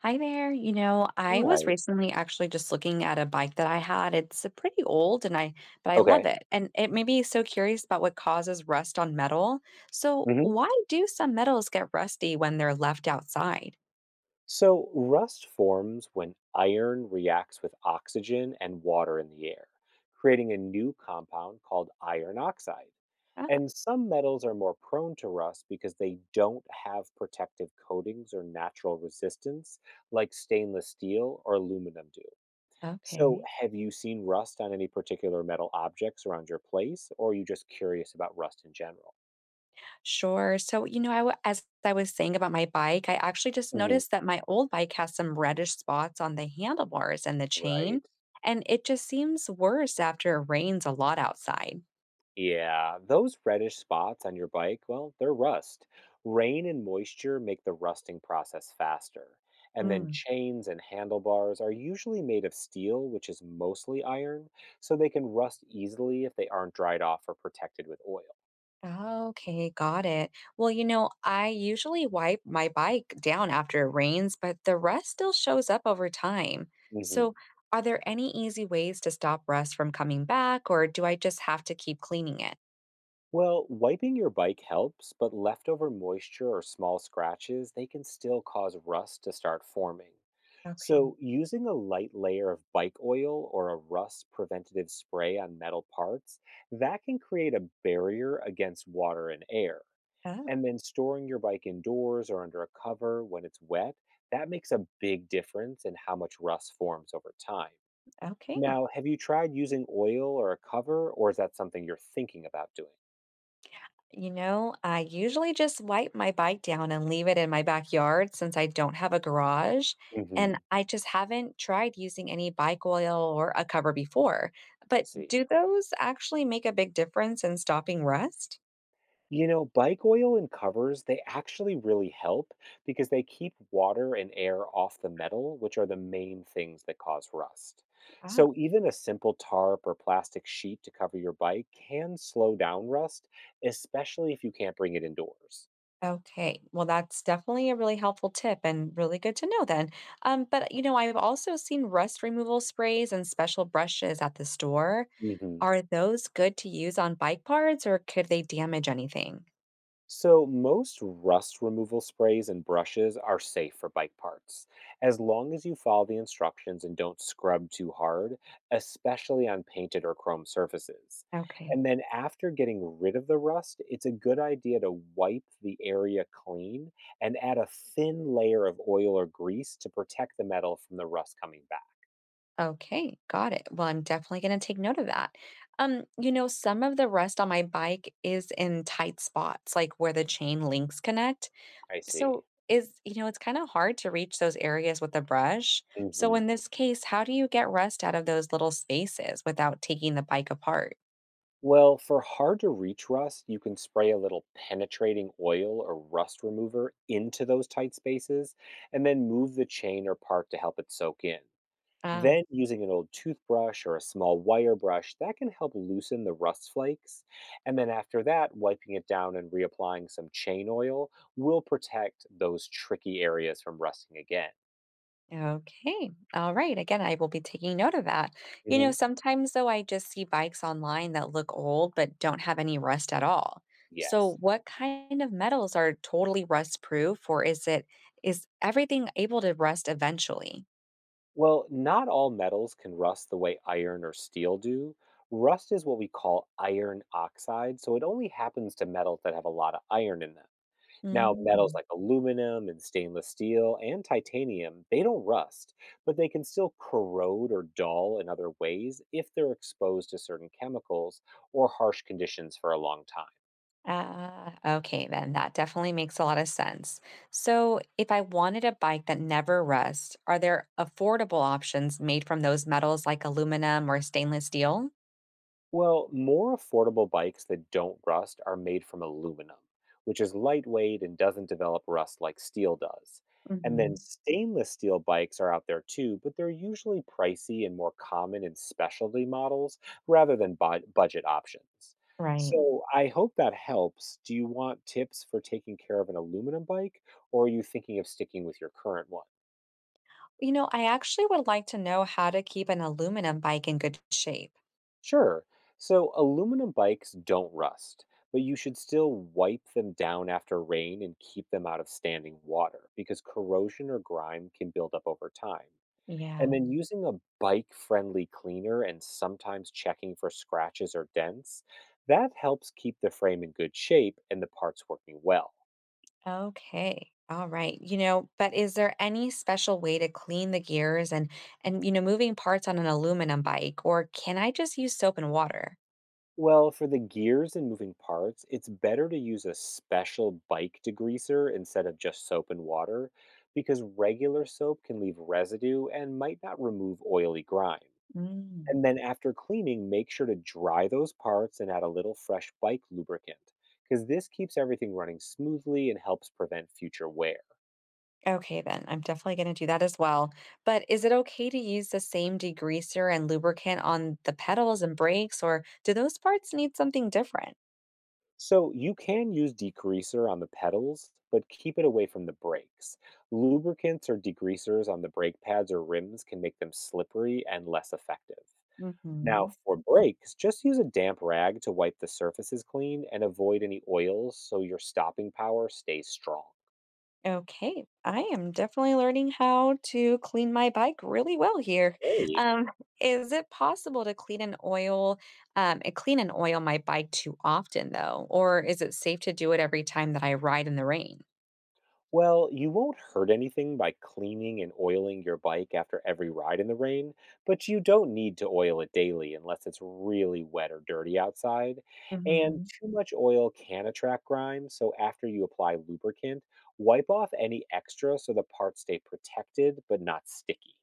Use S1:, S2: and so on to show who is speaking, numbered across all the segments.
S1: Hi there. You know, I was
S2: Right.
S1: recently actually just looking at a bike that I had. It's a pretty old and I but I love
S2: Okay.
S1: it. And it made me so curious about what causes rust on metal. So,
S2: hmm
S1: why do some metals get rusty when they're left outside?
S2: So rust forms when iron reacts with oxygen and water in the air, creating a new compound called iron oxide.
S1: Ah,
S2: And some metals are more prone to rust because they don't have protective coatings or natural resistance like stainless steel or aluminum do. So,
S1: okay.
S2: have you seen rust on any particular metal objects around your place, or are you just curious about rust in general?
S1: Sure. So, I, as I was saying about my bike, I actually just
S2: Mhm.
S1: noticed that my old bike has some reddish spots on the handlebars and the chain,
S2: Right.
S1: and it just seems worse after it rains a lot outside.
S2: Yeah, those reddish spots on your bike, well, they're rust. Rain and moisture make the rusting process faster. And then chains and handlebars are usually made of steel, which is mostly iron, so they can rust easily if they aren't dried off or protected with oil.
S1: Okay, got it. Well, you know, I usually wipe my bike down after it rains, but the rust still shows up over time.
S2: Mhm.
S1: So, are there any easy ways to stop rust from coming back, or do I just have to keep cleaning it?
S2: Well, wiping your bike helps, but leftover moisture or small scratches, they can still cause rust to start forming.
S1: Okay.
S2: So, using a light layer of bike oil or a rust preventative spray on metal parts, that can create a barrier against water and air.
S1: Oh,
S2: And then storing your bike indoors or under a cover when it's wet, that makes a big difference in how much rust forms over time.
S1: okay.
S2: Now, have you tried using oil or a cover, or is that something you're thinking about doing?
S1: You know, I usually just wipe my bike down and leave it in my backyard since I don't have a garage.
S2: Mhm.
S1: And I just haven't tried using any bike oil or a cover before.
S2: I
S1: But
S2: see.
S1: do those actually make a big difference in stopping rust?
S2: You know, bike oil and covers, they actually really help because they keep water and air off the metal, which are the main things that cause rust.
S1: Ah,
S2: So, even a simple tarp or plastic sheet to cover your bike can slow down rust, especially if you can't bring it indoors.
S1: okay. Well, that's definitely a really helpful tip and really good to know then. But I've also seen rust removal sprays and special brushes at the store.
S2: Mhm.
S1: Are those good to use on bike parts or could they damage anything?
S2: So, most rust removal sprays and brushes are safe for bike parts, as long as you follow the instructions and don't scrub too hard, especially on painted or chrome surfaces.
S1: Okay.
S2: And then, after getting rid of the rust, it's a good idea to wipe the area clean and add a thin layer of oil or grease to protect the metal from the rust coming back.
S1: Okay, got it. Well, I'm definitely going to take note of that. You know, some of the rust on my bike is in tight spots, like where the chain links connect.
S2: I see.
S1: So, it's kind of hard to reach those areas with a brush. So,
S2: Mhm.
S1: in this case, how do you get rust out of those little spaces without taking the bike apart?
S2: Well, for hard to reach rust, you can spray a little penetrating oil or rust remover into those tight spaces and then move the chain or part to help it soak in. Then, using an old toothbrush or a small wire brush, that can help loosen the rust flakes. And then, after that, wiping it down and reapplying some chain oil will protect those tricky areas from rusting again.
S1: Okay. All right. Again, I will be taking note of that. You know,
S2: Mhm.
S1: sometimes though, I just see bikes online that look old but don't have any rust at all. So,
S2: Yes.
S1: what kind of metals are totally rust proof, or is everything able to rust eventually?
S2: Well, not all metals can rust the way iron or steel do. Rust is what we call iron oxide, so it only happens to metals that have a lot of iron in them. Now, metals
S1: Mm.
S2: like aluminum and stainless steel and titanium, they don't rust, but they can still corrode or dull in other ways if they're exposed to certain chemicals or harsh conditions for a long time.
S1: Ah, okay, then that definitely makes a lot of sense. So, if I wanted a bike that never rusts, are there affordable options made from those metals like aluminum or stainless steel?
S2: Well, more affordable bikes that don't rust are made from aluminum, which is lightweight and doesn't develop rust like steel does. And Mm, then
S1: Hmm.
S2: stainless steel bikes are out there too, but they're usually pricey and more common in specialty models rather than budget options. Mm.
S1: Right.
S2: So I hope that helps. Do you want tips for taking care of an aluminum bike, or are you thinking of sticking with your current one?
S1: You know, I actually would like to know how to keep an aluminum bike in good shape.
S2: Sure. So aluminum bikes don't rust, but you should still wipe them down after rain and keep them out of standing water because corrosion or grime can build up over time. And
S1: Yeah.
S2: then using a bike friendly cleaner and sometimes checking for scratches or dents, that helps keep the frame in good shape and the parts working well.
S1: Okay. All right. You know, but is there any special way to clean the gears and moving parts on an aluminum bike, or can I just use soap and water?
S2: Well, for the gears and moving parts, it's better to use a special bike degreaser instead of just soap and water because regular soap can leave residue and might not remove oily grime.
S1: Mm.
S2: And then after cleaning, make sure to dry those parts and add a little fresh bike lubricant because this keeps everything running smoothly and helps prevent future wear.
S1: Okay, then I'm definitely going to do that as well. But is it okay to use the same degreaser and lubricant on the pedals and brakes, or do those parts need something different?
S2: So you can use degreaser on the pedals, but keep it away from the brakes. Lubricants or degreasers on the brake pads or rims can make them slippery and less effective. Now,
S1: Hmm.
S2: for brakes, just use a damp rag to wipe the surfaces clean and avoid any oils so your stopping power stays strong.
S1: Okay, I am definitely learning how to clean my bike really well here.
S2: Great.
S1: Um, is it possible to clean and oil my bike too often though, or is it safe to do it every time that I ride in the rain?
S2: Well, you won't hurt anything by cleaning and oiling your bike after every ride in the rain, but you don't need to oil it daily unless it's really wet or dirty outside. And
S1: Mm-hmm.
S2: too much oil can attract grime, so after you apply lubricant, wipe off any extra so the parts stay protected but not sticky.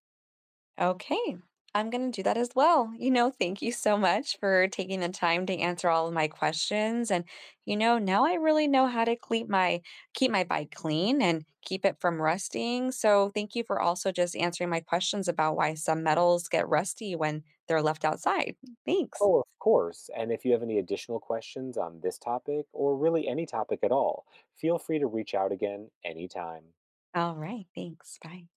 S1: Okay, I'm going to do that as well. You know, thank you so much for taking the time to answer all of my questions and now I really know how to keep my bike clean and keep it from rusting. So, thank you for also just answering my questions about why some metals get rusty when they're left outside. Thanks.
S2: Oh, of course. And if you have any additional questions on this topic or really any topic at all, feel free to reach out again anytime.
S1: All right, thanks. Bye.